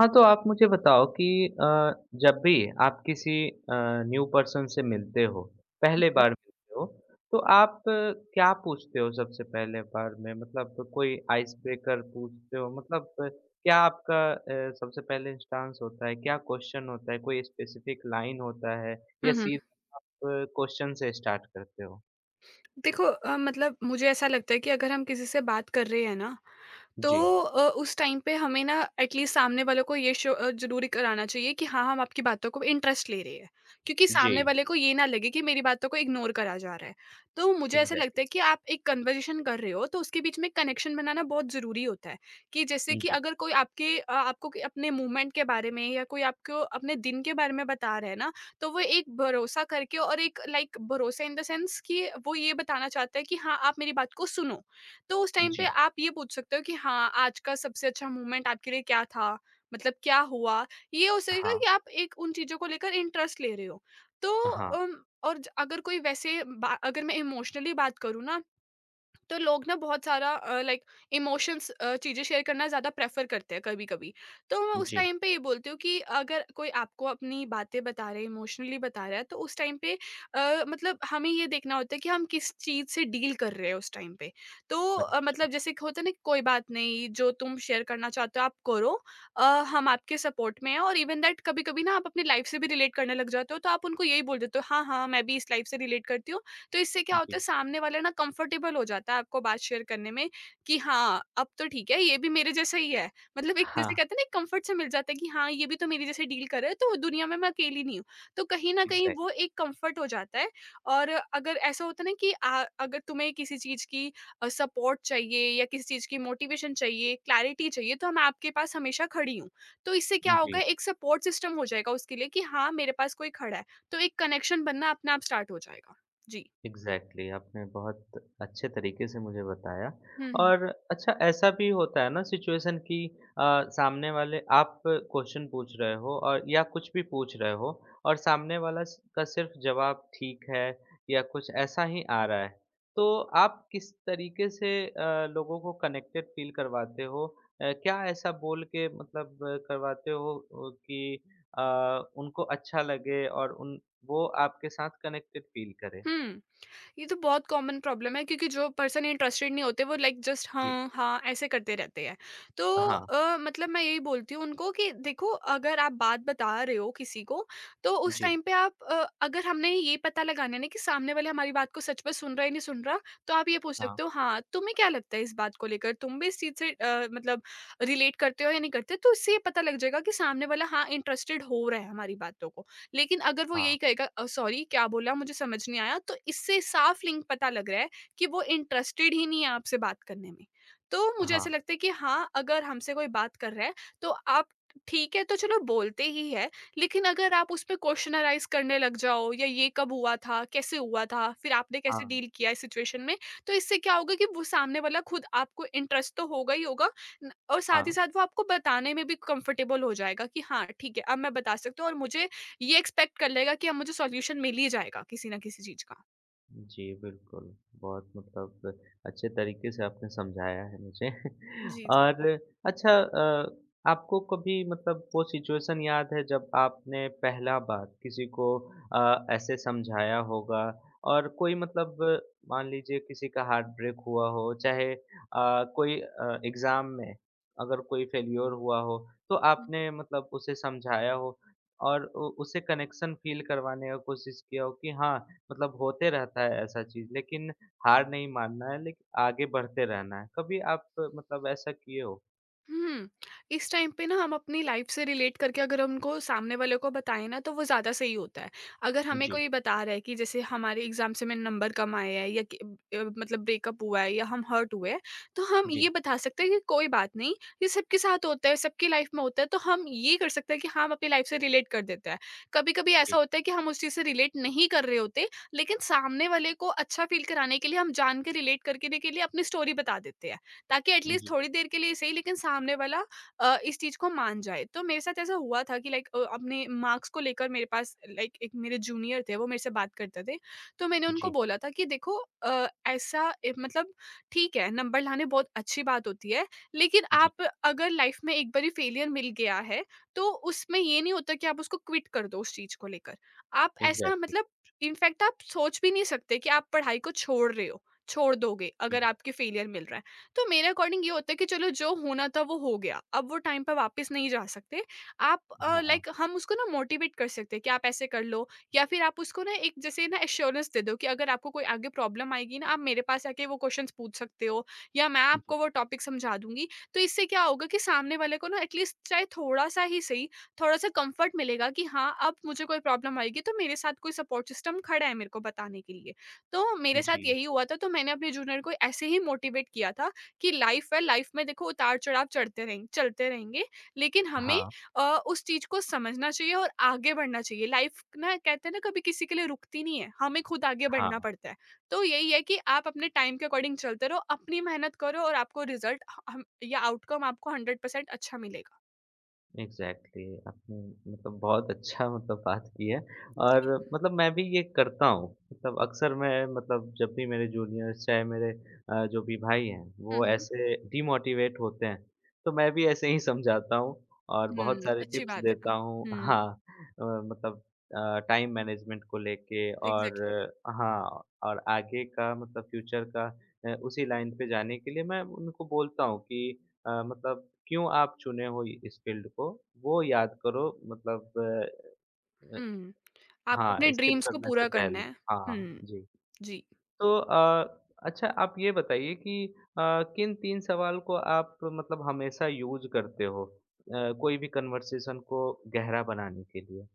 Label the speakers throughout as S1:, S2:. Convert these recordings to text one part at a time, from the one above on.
S1: हाँ, तो आप मुझे बताओ कि अ, जब भी आप किसी न्यू पर्सन से मिलते हो,
S2: Hı
S1: पहले
S2: hı.
S1: बार मिलते हो, तो आप क्या पूछते हो सबसे पहले बार में? मतलब कोई आइस ब्रेकर पूछते हो? मतलब क्या आपका सबसे पहले इंस्टांस होता है? क्या क्वेश्चन होता है? कोई स्पेसिफिक लाइन होता है या
S2: हुँ, हुँ।
S1: सिर्फ क्वेश्चन से स्टार्ट करते हो?
S2: देखो, मतलब मुझे ऐसा लगता है कि अगर हम किसी से बात कर रहे हैं ना,
S1: जी,
S2: तो उस टाइम पे हमें ना एटलीस्ट सामने वालों को ये शो ज़रूरी कराना चाहिए कि हाँ, हम आपकी बातों को इंटरेस्ट ले रहे हैं। क्योंकि सामने
S1: जी,
S2: वाले को ये ना लगे कि मेरी बातों को इग्नोर करा जा रहा है। तो मुझे ऐसा लगता
S1: एग्ज़ैक्टली।
S2: है कि आप एक कन्वर्सेशन कर रहे हो तो उसके बीच में कनेक्शन बनाना बहुत ज़रूरी होता है। कि जैसे कि
S1: जी,
S2: अगर कोई आपको क अपने मूवमेंट के बारे में या कोई आपको अपने दिन के बारे में बता रहा है ना, तो वो एक भरोसा करके और एक लाइक भरोसा इन द सेंस कि वो ये बताना चाहता है कि हाँ, आप मेरी बात को सुनो। तो उस टाइम पे
S1: जी।
S2: आप ये पूछ सकते हो कि हाँ, आज का सबसे अच्छा मोमेंट आपके लिए क्या था? मतलब क्या हुआ? ये हो सकेगा
S1: हाँ,
S2: कि आप एक उन चीज़ों को लेकर इंटरेस्ट ले रहे हो। तो
S1: हाँ,
S2: और ज अगर कोई वैसे बा अगर मैं इमोशनली बात करूँ ना, तो लोग ना बहुत सारा लाइक इमोशंस चीज़ें शेयर करना ज़्यादा प्रेफर करते हैं कभी कभी। तो मैं उस
S1: जी।
S2: टाइम पे ये बोलती हूँ कि अगर कोई आपको अपनी बातें बता रहा है, इमोशनली बता रहा है, तो उस टाइम पे मतलब हमें ये देखना होता है कि हम किस चीज़ से डील कर रहे हैं उस टाइम पे। तो
S1: अच्छा,
S2: मतलब जैसे कि होता है ना कि कोई बात नहीं, जो तुम शेयर करना चाहते हो आप करो। अ, हम आपके सपोर्ट में हैं और इवन दैट कभी कभी ना आप अपनी लाइफ से भी रिलेट करने लग जाते हो, तो आप उनको यही बोल देते हो, हाँ, हाँ, मैं भी इस लाइफ से रिलेट करती हूँ। तो इससे क्या होता
S1: जी।
S2: है, सामने वाला ना कंफर्टेबल हो जाता है आपको बात शेयर करने में कि हाँ, अब तो ठीक है, ये भी मेरे जैसा ही है। मतलब एक
S1: हाँ,
S2: जैसे कहते हैं ना, एक कंफर्ट सा मिल जाता है कि हाँ, ये भी तो मेरे जैसे डील कर रहा है, तो दुनिया में मैं अकेली नहीं हूँ। तो कहीं न कहीं
S1: एग्ज़ैक्ट
S2: वो एक कंफर्ट हो जाता है। और अगर ऐसा होता है ना कि अगर तुम्हें किसी चीज़ की सपोर्ट चाहिए या किसी चीज़ की मोटिवेशन चाहिए, क्लैरिटी चाहिए, तो मैं आपके पास हमेशा खड़ी हूँ। तो इससे क्या
S1: जी।
S2: होगा, एक सपोर्ट सिस्टम हो जाएगा उसके लिए कि हाँ, मेरे पास कोई खड़ा है। तो एक कनेक्शन बनना अपने आप स्टार्ट हो जाएगा। जी।
S1: एग्ज़ैक्टली आपने बहुत अच्छे तरीके से मुझे बताया
S2: हुँ।
S1: और अच्छा ऐसा भी होता है ना सिचुएशन कि अ, सामने वाले आप क्वेश्चन पूछ रहे हो और या कुछ भी पूछ रहे हो और सामने वाला का सिर्फ जवाब ठीक है या कुछ ऐसा ही आ रहा है तो आप किस तरीके से लोगों को कनेक्टेड फील करवाते हो क्या ऐसा बोल के मतलब करवाते हो कि अ, उनको अच्छा लगे और उन वो आपके साथ कनेक्टेड फील करे।
S2: हुँ, ये तो बहुत कॉमन प्रॉब्लम है, क्योंकि जो पर्सन इंटरेस्टेड नहीं होते वो लाइक जस्ट
S1: जी
S2: हाँ, हाँ ऐसे करते रहते हैं। तो
S1: हाँ,
S2: मतलब मैं यही बोलती हूँ उनको कि देखो, अगर आप बात बता रहे हो किसी को, तो उस
S1: जी।
S2: टाइम पे आप अगर हमने ये पता लगाना है ना कि सामने वाले हमारी बात को सच में सुन रहा है या नहीं सुन रहा, तो आप ये पूछ
S1: हाँ,
S2: सकते हो, हाँ, तुम्हें क्या लगता है इस बात को लेकर? तुम भी इस चीज़ से मतलब रिलेट करते हो या नहीं करते? तो इससे ये पता लग जाएगा कि सामने वाला हाँ, इंटरेस्टेड हो रहा है हमारी बातों को। लेकिन अगर वो
S1: हाँ,
S2: यही कहेगा सॉरी क्या बोला, मुझे समझ नहीं आया, तो इससे साफ लिंक पता लग रहा है कि वो इंटरेस्टेड ही नहीं है आपसे बात करने में। तो मुझे
S1: हाँ,
S2: ऐसा लगता है कि हाँ, अगर हमसे कोई बात कर रहा है तो आप ठीक है तो चलो बोलते ही है, लेकिन अगर आप उसपे क्वेश्चनराइज़ करने लग जाओ, या ये कब हुआ था? कैसे हुआ था? फिर आपने कैसे
S1: हाँ,
S2: डील किया इस सिचुएशन में? तो इससे क्या होगा कि वो सामने वाला खुद आपको इंटरेस्ट तो होगा ही होगा न, और साथ ही
S1: हाँ।
S2: साथ वो आपको बताने में भी कंफर्टेबल हो जाएगा कि हाँ, ठीक है, अब मैं बता सकता हूँ, और मुझे ये एक्सपेक्ट कर लेगा कि अब मुझे सॉल्यूशन मिल ही जाएगा किसी ना किसी चीज़ का।
S1: जी, बिल्कुल। बहुत मतलब अच्छे तरीके से आपने समझाया है मुझे
S2: जी,
S1: और अच्छा आपको कभी मतलब वो सिचुएशन याद है जब आपने पहला बार किसी को ऐसे समझाया होगा और कोई मतलब मान लीजिए किसी का हार्ट ब्रेक हुआ हो, चाहे कोई एग्ज़ाम में अगर कोई फेल्योर हुआ हो, तो
S2: जी।
S1: आपने मतलब उसे समझाया हो और उ उसे कनेक्शन फ़ील करवाने का कोशिश किया हो कि हाँ, मतलब होते रहता है ऐसा चीज़ लेकिन हार नहीं मानना है लेकिन आगे बढ़ते रहना है। कभी आप मतलब ऐसा किए हो?
S2: हुँ। इस टाइम पे ना हम अपनी लाइफ़ से रिलेट करके अगर उनको सामने वाले को बताएँ ना, तो वो ज़्यादा सही होता है। अगर हमें
S1: जी,
S2: कोई बता रहा है कि जैसे हमारे एग्ज़ाम से मेरे नंबर कम आए हैं, या कि मतलब ब्रेकअप हुआ है या हम हर्ट हुए हैं, तो हम ये
S1: जी,
S2: बता सकते हैं कि कोई बात नहीं, ये सबके साथ होता है, सबकी लाइफ़ में होता है। तो हम ये कर सकते हैं कि हम अपनी लाइफ़ से रिलेट कर देते हैं। कभी-कभी
S1: जी,
S2: ऐसा होता है कि हम उस चीज़ से रिलेट नहीं कर रहे होते, लेकिन सामने वाले को अच्छा फ़ील कराने के लिए हम जान के रिलेट करके देने के लिए अपनी स्टोरी बता देते हैं। ताकि एटलीस्ट
S1: जी,
S2: थोड़ी देर के लिए सही, लेकिन सामने वाला इस चीज़ को मान जाए। तो मेरे साथ ऐसा हुआ था कि लाइक अपने मार्क्स को लेकर मेरे पास लाइक एक मेरे जूनियर थे, वो मेरे से बात करते थे। तो मैंने उनको
S1: जी,
S2: बोला था कि देखो, मतलब ठीक है, नंबर लाने बहुत अच्छी बात होती है, लेकिन
S1: जी,
S2: आप अगर लाइफ में एक बारी फेलियर मिल गया है, तो उसमें ये नहीं होता कि आप उसको क्विट कर दो उस चीज़ को लेकर। आप ऐसा
S1: एग्ज़ैक्टली,
S2: मतलब इनफैक्ट आप सोच भी नहीं सकते कि आप पढ़ाई को छोड़ रहे हो, छोड़ दोगे
S1: जी,
S2: अगर आपके फेलियर मिल रहा है। तो मेरे अकॉर्डिंग ये होता है कि चलो, जो होना था वो हो गया, अब वो टाइम पर वापस नहीं जा सकते। आप
S1: हाँ,
S2: लाइक हम उसको ना मोटिवेट कर सकते हैं कि आप ऐसे कर लो, या फिर आप उसको ना एक जैसे ना एश्योरेंस दे दो कि अगर आपको कोई आगे प्रॉब्लम आएगी ना, आप मेरे पास आके वो क्वेश्चन पूछ सकते हो, या मैं
S1: जी,
S2: आपको वो टॉपिक समझा दूंगी। तो इससे क्या होगा कि सामने वाले को ना एटलीस्ट चाहे थोड़ा सा ही सही, थोड़ा सा कंफर्ट मिलेगा कि हाँ, अब मुझे कोई प्रॉब्लम आएगी तो मेरे साथ कोई सपोर्ट सिस्टम खड़ा है मेरे को बताने के लिए। तो मेरे साथ
S1: जी,
S2: यही हुआ था, तो मैंने अपने जूनियर को ऐसे ही मोटिवेट किया था कि लाइफ है, लाइफ में देखो उतार-चढ़ाव चढ़ते रहें, चलते रहेंगे, लेकिन हमें
S1: हाँ,
S2: अ, उस चीज़ को समझना चाहिए और आगे बढ़ना चाहिए। लाइफ ना, कहते हैं ना, कभी किसी के लिए रुकती नहीं है, हमें खुद आगे बढ़ना
S1: हाँ।
S2: पड़ता है। तो यही है कि आप अपने टाइम के अकॉर्डिंग चलते रहो, अपनी मेहनत करो और आपको रिज़ल्ट ह हम या आउटकम आपको 100% अच्छा मिलेगा।
S1: एग्ज़ैक्टली आपने मतलब बहुत अच्छा मतलब बात की है और
S2: जी।
S1: मतलब मैं भी ये करता हूँ। मतलब अक्सर मैं मतलब जब भी मेरे जूनियर्स चाहे मेरे जो भी भाई हैं,
S2: हुँ,
S1: वो
S2: हुँ।
S1: ऐसे डिमोटिवेट होते हैं, तो मैं भी ऐसे ही समझाता हूँ और बहुत
S2: हुँ,
S1: सारे
S2: अच्छी
S1: टिप्स
S2: बात है।
S1: देता हूँ।
S2: हुँ,
S1: हाँ मतलब टाइम मैनेजमेंट को लेके और
S2: एग्ज़ैक्टली।
S1: हाँ और आगे का मतलब फ्यूचर का उसी लाइन पे जाने के लिए मैं उनको बोलता हूँ कि मतलब क्यों आप चुने हो इस फ़ील्ड को, वो याद करो मतलब अ,
S2: हुँ, आपको
S1: हाँ,
S2: अपने
S1: स्किप
S2: ड्रीम्स को
S1: करने से
S2: पूरा करना
S1: पहले।
S2: है।
S1: हाँ,
S2: हुँ,
S1: जी।
S2: जी।
S1: तो अच्छा आप ये बताइए कि अ, किन 3 सवाल को आप मतलब हमेशा यूज़ करते हो कोई भी कन्वर्सेशन को गहरा बनाने के लिए?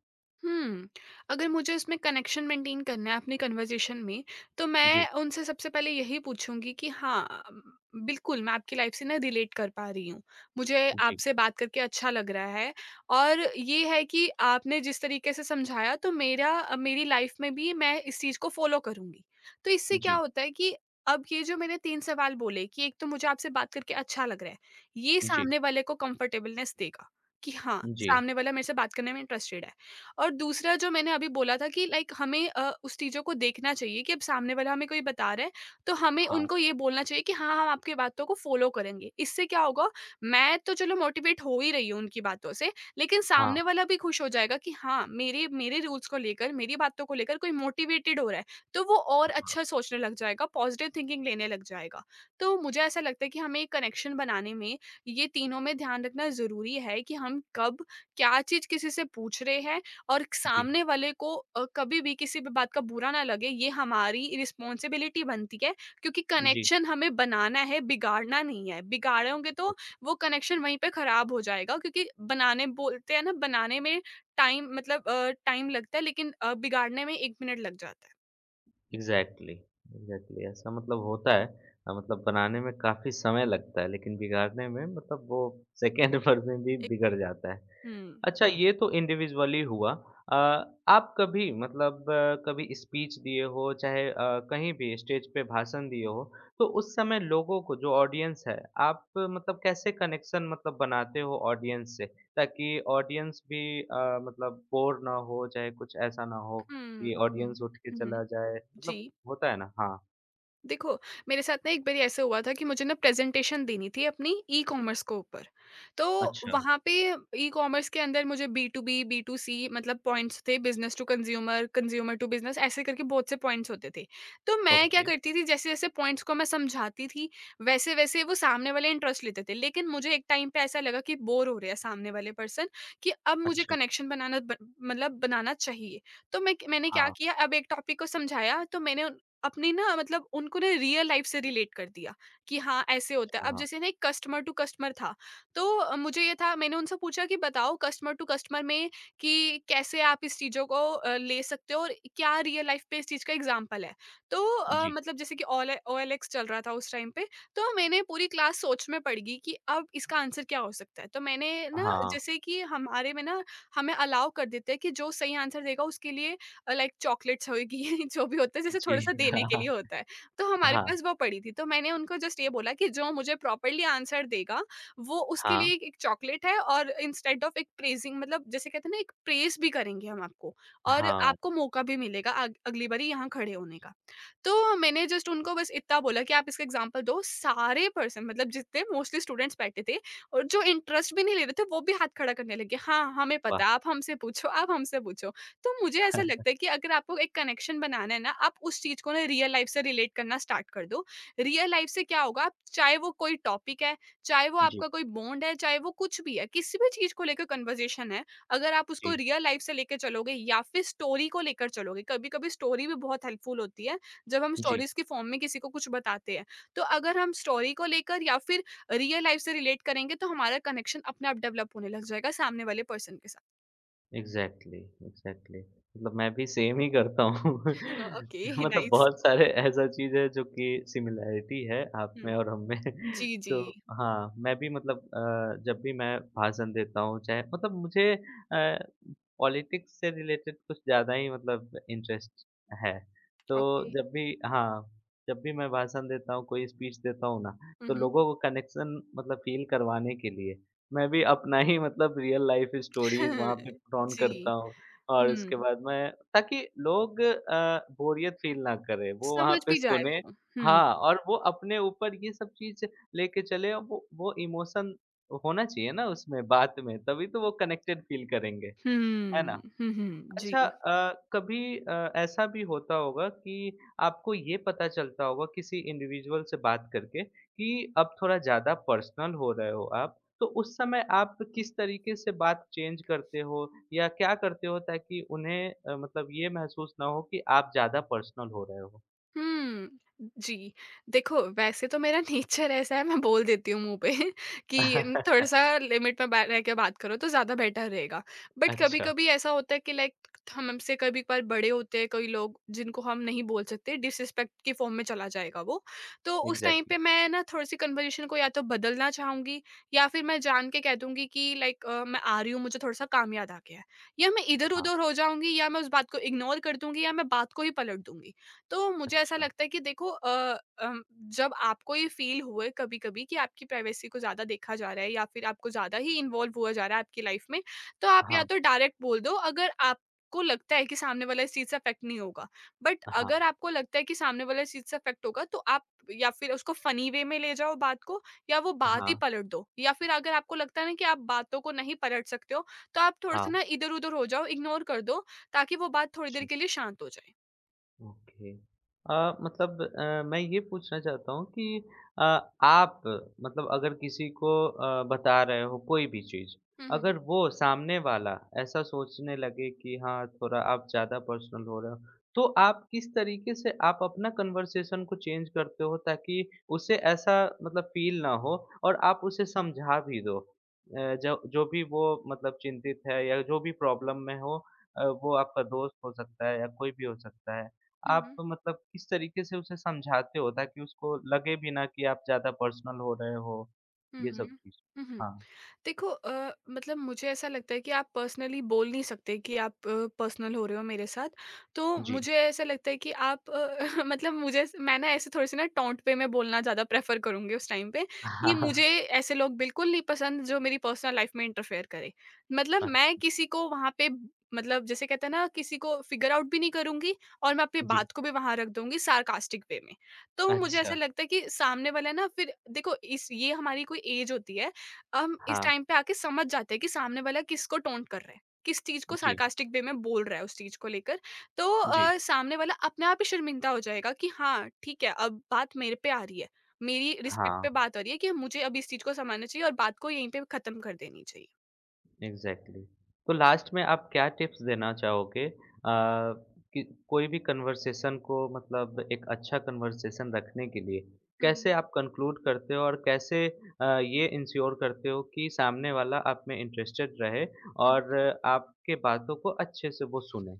S2: हुँ। अगर मुझे उसमें कनेक्शन मेंटेन करना है अपनी कन्वर्ज़ेशन में, तो
S1: जी,
S2: मैं उनसे सबसे पहले यही पूछूँगी कि हाँ, बिल्कुल मैं आपकी लाइफ़ से ना रिलेट कर पा रही हूँ। मुझे
S1: जी,
S2: आपसे बात करके अच्छा लग रहा है, और ये है कि आपने जिस तरीके से समझाया, तो मेरा मेरी लाइफ़ में भी मैं इस चीज़ को फ़ॉलो करूँगी। तो इससे क्या
S1: जी,
S2: होता है कि अब ये जो मैंने 3 सवाल बोले, कि एक तो मुझे आपसे बात करके अच्छा लग रहा है, ये
S1: जी,
S2: सामने वाले को कम्फ़र्टेबलनेस देगा कि हाँ,
S1: जी।
S2: सामने वाला मेरे से बात करने में इंटरेस्टेड है। और दूसरा जो मैंने अभी बोला था कि लाइक हमें उस चीज़ों को देखना चाहिए कि अब सामने वाला हमें कोई बता रहा है, तो हमें
S1: हाँ,
S2: उनको ये बोलना चाहिए कि हाँ, हम आपकी बातों को फ़ॉलो करेंगे। इससे क्या होगा, मैं तो चलो मोटिवेट हो ही रही हूँ उनकी बातों से, लेकिन
S1: हाँ,
S2: सामने वाला भी खुश हो जाएगा कि हाँ, मेरे मेरे रूल्स को लेकर, मेरी बातों को लेकर कोई मोटिवेटेड हो रहा है, तो वो और
S1: हाँ।
S2: अच्छा सोचने लग जाएगा, पॉज़िटिव थिंकिंग लेने लग जाएगा। तो मुझे ऐसा लगता है कि हमें कनेक्शन बनाने में, ये तीनों में ध्यान रखना ज़रूरी है कि हम कब, क्या चीज़ किसी से पूछ रहे हैं, और
S1: जी,
S2: सामने वाले को कभी भी किसी भी बात का बुरा ना लगे, ये हमारी रिस्पॉन्सिबिलिटी बनती है। क्योंकि
S1: जी।
S2: कनेक्शन हमें बनाना है, बिगाड़ना नहीं है, बिगाड़ोगे तो वो कनेक्शन वहीं पे खराब हो जाएगा, क्योंकि बनाने, बोलते हैं ना, बनाने में टाइम, मतलब टाइम लगता है, लेकिन बिगाड़ने में एक मिनट लग जाता है।
S1: एग्ज़ैक्टली, एग्ज़ैक्टली ऐसा मतलब होता है मतलब बनाने में काफ़ी समय लगता है लेकिन बिगाड़ने में मतलब वो सेकंड भर में भी
S2: एक-
S1: बिगड़ जाता है।
S2: हम्म,
S1: अच्छा ये तो इंडिविजुअली हुआ। आप कभी मतलब कभी स्पीच दिए हो चाहे कहीं भी स्टेज पे भाषण दिए हो, तो उस समय लोगों को जो ऑडियंस है, आप मतलब कैसे कनेक्शन मतलब बनाते हो ऑडियंस से? ताकि ऑडियंस भी मतलब बोर ना हो चाहे कुछ ऐसा ना हो?
S2: हम्म,
S1: कि
S2: हम्म,
S1: ऑडियंस उठ के
S2: हम्म,
S1: चला जाए, मतलब
S2: जी।
S1: होता है ना? हाँ।
S2: देखो, मेरे साथ ना एक बारी ऐसा हुआ था कि मुझे ना प्रेज़ेंटेशन देनी थी अपनी ई-कॉमर्स के ऊपर। तो
S1: अच्छा,
S2: वहाँ पे ई-कॉमर्स के अंदर मुझे B to B, B to C मतलब पॉइंट्स थे, business to consumer, consumer to business ऐसे करके बहुत से पॉइंट्स होते थे। तो मैं क्या
S1: ओके।
S2: करती थी, जैसे-जैसे पॉइंट्स को मैं समझाती थी, वैसे-वैसे वो सामने वाले इंटरेस्ट लेते थे। लेकिन मुझे एक टाइम पे ऐसा लगा कि बोर हो रहे हैं सामने वाले पर्सन, कि अब मुझे
S1: अच्छा,
S2: कनेक्शन बनाना ब मतलब बनाना चाहिए। तो मैंने क्या
S1: हाँ,
S2: किया अब एक टॉपिक को समझाया तो मैंने अपनी ना मतलब उनको ना रियल लाइफ से रिलेट कर दिया कि हाँ ऐसे होता है।
S1: अच्छा,
S2: अब
S1: हाँ।
S2: जैसे ना एक कस्टमर टू कस्टमर था, तो मुझे ये था, मैंने उनसे पूछा कि बताओ कस्टमर टू कस्टमर में कि कैसे आप इस चीज़ों को ले सकते हो और क्या रियल लाइफ पे इस चीज़ का एग्ज़ाम्पल है? तो
S1: जी।
S2: मतलब जैसे कि ओल ओएलएक्स चल रहा था उस टाइम पे, तो मैंने पूरी क्लास सोच में पड़ गई कि अब इसका आंसर क्या हो सकता है? तो मैंने ना
S1: हाँ,
S2: जैसे कि हमारे में ना हमें अलाउ कर देते हैं कि जो सही आंसर देगा उसके लिए लाइक चॉकलेट्स होगी जो भी होता है जैसे
S1: जी।
S2: थोड़ा-सा देने के लिए होता है। तो हमारे
S1: हाँ,
S2: पास वो पड़ी थी, तो मैंने उनको जस्ट ये बोला कि जो मुझे प्रॉपर्ली आंसर देगा वो उसके
S1: हाँ,
S2: लिए एक चॉकलेट है और इंस्टेड ऑफ एक प्रेज़िंग मतलब जैसे कहते हैं ना एक प्रेज़ भी करेंगे हम आपको और
S1: हाँ,
S2: आपको मौका भी मिलेगा अग अगली बारी यहाँ खड़े होने का। तो मैंने जस्ट उनको बस इतना बोला कि आप इसका एग्ज़ाम्पल दो, सारे पर्सन मतलब जितने मोस्टली स्टूडेंट्स बैठे थे और जो इंटरेस्ट भी नहीं ले रहे थे वो भी हाथ खड़ा करने लगे। हाँ, हमें
S1: वाह!
S2: पता है, आप हमसे पूछो, आप हमसे पूछो। तो मुझे ऐसा लगता है कि अगर आपको एक कनेक्शन बनाना है ना, आप उस चीज़ को ना रियल लाइफ़ से रिलेट करना स्टार्ट कर दो। रियल लाइफ़ से क्या होगा, आप चाहे वो कोई टॉपिक है, चाहे वो
S1: जी,
S2: आपका कोई बॉन्ड है, चाहे वो कुछ भी है, किसी भी चीज़ को लेकर कन्वर्सेशन है, अगर आप उसको
S1: जी,
S2: रियल लाइफ़ से लेके चलोगे या फिर स्टोरी को लेकर चलोगे, कभी-कभी स्टोरी भी बहुत हेल्पफुल होती है, जब हम
S1: जी।
S2: स्टोरीज़ के फॉर्म में किसी को कुछ बताते हैं। तो अगर हम स्टोरी को लेकर या फिर रियल लाइफ़ से रिलेट करेंगे, तो हमारा कनेक्शन अपने आप डेवलप होने लग जाएगा सामने वाले पर्सन के साथ।
S1: Exactly, exactly. मतलब मैं भी सेम ही करता हूँ।
S2: ओके,
S1: मतलब
S2: नाइस।
S1: बहुत सारे ऐसा चीज़ है जो कि सिमिलैरिटी है आप में
S2: हुँ।
S1: और हम में।
S2: जी,
S1: तो
S2: जी।
S1: हाँ, मैं भी मतलब जब भी मैं भाषण देता हूँ चाहे मतलब मुझे पॉलिटिक्स से रिलेटेड कुछ ज़्यादा ही मतलब इंटरेस्ट है। तो
S2: ओके।
S1: जब भी हाँ, जब भी मैं भाषण देता हूँ, कोई स्पीच देता हूँ ना,
S2: हुँ,
S1: तो
S2: हुँ।
S1: लोगों को कनेक्शन मतलब फ़ील करवाने के लिए मैं भी अपना ही मतलब रियल लाइफ स्टोरीज़ वहाँ पे पुट ऑन
S2: जी।
S1: करता हूँ और
S2: हुँ,
S1: उसके बाद मैं ताकि लोग बोरियत फ़ील ना करें, वो वहाँ
S2: समझ
S1: पे
S2: भी जाए
S1: सुनें
S2: वो। हुँ।
S1: हाँ, और वो अपने ऊपर ये सब चीज़ लेके चले और वो इमोशन होना चाहिए ना उसमें, बात में, तभी तो वो कनेक्टेड फ़ील करेंगे, है ना?
S2: हुँ, हुँ, हुँ, जी।
S1: अच्छा कभी ऐसा भी होता होगा कि आपको ये पता चलता होगा किसी इंडिविजुअल से बात करके कि अब थोड़ा ज़्यादा पर्सनल हो रहे हो आप, तो उस समय आप किस तरीके से बात चेंज करते हो या क्या करते हो ताकि उन्हें मतलब ये महसूस ना हो कि आप ज़्यादा पर्सनल हो रहे हो?
S2: हुँ, जी। देखो, वैसे तो मेरा नेचर ऐसा है, मैं बोल देती हूँ मुँह पे कि थोड़ा-सा लिमिट में बै रह के बात करो तो ज़्यादा बेटर रहेगा। बट
S1: अच्छा,
S2: कभी-कभी ऐसा होता है कि लाइक हम हमसे कभी कभार बड़े होते हैं कोई लोग, जिनको हम नहीं बोल सकते, डिसरिस्पेक्ट की फ़ॉर्म में चला जाएगा वो। तो उस टाइम
S1: एग्ज़ैक्टली
S2: पे मैं ना थोड़ी-सी कन्वर्सेशन को या तो बदलना चाहूँगी या फिर मैं जान के कह दूँगी कि लाइक मैं आ रही हूँ, मुझे थोड़ा-सा काम याद आ गया है। या मैं
S1: हाँ,
S2: इधर-उधर हो जाऊँगी या मैं उस बात को इग्नोर कर दूँगी या मैं बात को ही पलट दूँगी। तो मुझे ऐसा
S1: अच्छा।
S2: लगता है कि देखो जब आपको ये फील हुए कभी-कभी कि आपकी प्राइवेसी को ज़्यादा देखा जा रहा है या फिर आपको ज़्यादा ही इन्वॉल्व हुआ जा रहा है आपकी लाइफ में, तो आप या
S1: हाँ,
S2: तो डायरेक्ट बोल दो अगर आपको लगता है कि सामने वाला इस चीज़ से अफेक्ट नहीं होगा। बट
S1: हाँ,
S2: अगर आपको लगता है कि सामने वाला इस चीज़ से अफेक्ट होगा तो आप या फिर उसको फ़नी वे में ले जाओ बात को, या वो बात ही
S1: हाँ,
S2: पलट दो। या फिर अगर आपको लगता है ना कि आप बातों को नहीं पलट सकते हो, तो आप थोड़ा-सा
S1: हाँ।
S2: ना इधर-उधर हो जाओ, इग्नोर कर दो ताकि वो बात थोड़ी देर
S1: अच्छा।
S2: के लिए शांत हो जाए।
S1: ओके। मतलब मैं ये पूछना चाहता हूँ कि अ, आप मतलब अगर किसी को बता रहे हो कोई भी चीज़,
S2: हुँ, हुँ।
S1: अगर वो सामने वाला ऐसा सोचने लगे कि हाँ, थोड़ा आप ज़्यादा पर्सनल हो रहे हो, तो आप किस तरीके से आप अपना कन्वर्सेशन को चेंज करते हो ताकि उसे ऐसा मतलब फ़ील ना हो और आप उसे समझा भी दो? जो जो भी वो मतलब चिंतित है या जो भी प्रॉब्लम में हो वो आपका दोस्त हो सकता है या कोई भी हो सकता है।
S2: हुँ,
S1: आप
S2: हुँ।
S1: मतलब किस तरीके से उसे समझाते हो ताकि उसको लगे भी ना कि आप ज़्यादा पर्सनल हो रहे हो?
S2: हुँ,
S1: ये सब
S2: हुँ।
S1: चीज़।
S2: हुँ, हुँ।
S1: हाँ,
S2: देखो मतलब मुझे ऐसा लगता है कि आप पर्सनली बोल नहीं सकते कि आप पर्सनल हो रहे हो मेरे साथ। तो
S1: जी।
S2: मुझे ऐसा लगता है कि आप मतलब मुझे, मैं ना ऐसे थोड़े-से ना टोंट पे मैं बोलना ज़्यादा प्रेफ़र करूँगी उस टाइम पे कि मुझे ऐसे लोग बिल्कुल नहीं पसंद जो मेरी पर्सनल लाइफ़ में इंटरफेयर करे। मतलब
S1: हाँ,
S2: मैं
S1: अच्छा।
S2: किसी को वहाँ पे ब- मतलब जैसे कहते हैं ना, किसी को फ़िगर आउट भी नहीं करूँगी और मैं अपनी
S1: जी।
S2: बात को भी वहाँ रख दूँगी सार्कास्टिक वे में। तो मुझे ऐसा
S1: अच्छा।
S2: लगता है कि सामने वाला ना, फिर देखो इस ये हमारी कोई एज होती है। हम इस
S1: हाँ,
S2: टाइम पे आके समझ जाते हैं कि सामने वाला किसको टोंट कर रहा है, किस चीज़ को
S1: जी,
S2: सार्कास्टिक वे में बोल रहा है उस चीज़ को लेकर। तो
S1: जी।
S2: सामने वाला अपने आप ही शर्मिंदा हो जाएगा कि हाँ, ठीक है, अब बात मेरे पे आ रही है। मेरी रिस्पेक्ट
S1: हाँ।
S2: पे बात आ रही है कि मुझे अब इस चीज़ को संभालना चाहिए और बात को यहीं पे ख़त्म कर देनी चाहिए।
S1: एग्ज़ैक्टली। तो लास्ट में आप क्या टिप्स देना चाहोगे कि कोई भी कन्वर्सेशन को मतलब एक अच्छा कन्वर्सेशन रखने के लिए
S2: हुँ,
S1: कैसे
S2: हुँ।
S1: आप कंक्लूड करते हो और कैसे ये इंश्योर करते हो कि सामने वाला आप में इंटरेस्टेड रहे
S2: हुँ,
S1: और
S2: हुँ।
S1: आपके बातों को अच्छे से वो सुने?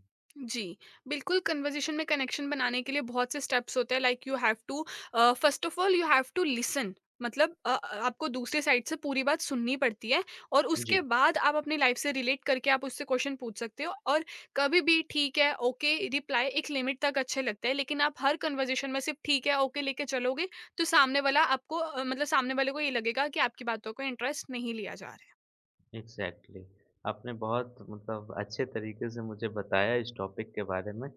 S2: जी, बिल्कुल। कन्वर्सेशन में कनेक्शन बनाने के लिए बहुत से स्टेप्स होते हैं। Like you have to first of all you have to listen, मतलब आपको दूसरे साइड से पूरी बात सुननी पड़ती है और उसके
S1: जी,
S2: बाद आप अपनी लाइफ से रिलेट करके आप उससे क्वेश्चन पूछ सकते हो। और कभी भी ठीक है, ओके रिप्लाई एक लिमिट तक अच्छे लगते हैं, लेकिन आप हर कन्वर्सेशन में सिर्फ ठीक है ओके लेके चलोगे तो सामने वाला आपको मतलब सामने वाले को ये लगेगा कि आपकी बातों को इंटरेस्ट नहीं लिया जा रहा है।
S1: एग्ज़ैक्टली। आपने बहुत मतलब अच्छे तरीके से मुझे बताया इस टॉपिक के बारे में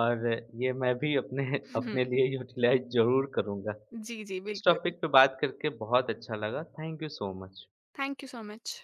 S1: और ये मैं भी अपने अपने लिए यूटिलाइज़ ज़रूर करूँगा।
S2: जी, जी,
S1: इस
S2: बिल्कुल।
S1: टॉपिक पे बात करके बहुत अच्छा लगा। Thank you so much.
S2: Thank you so much.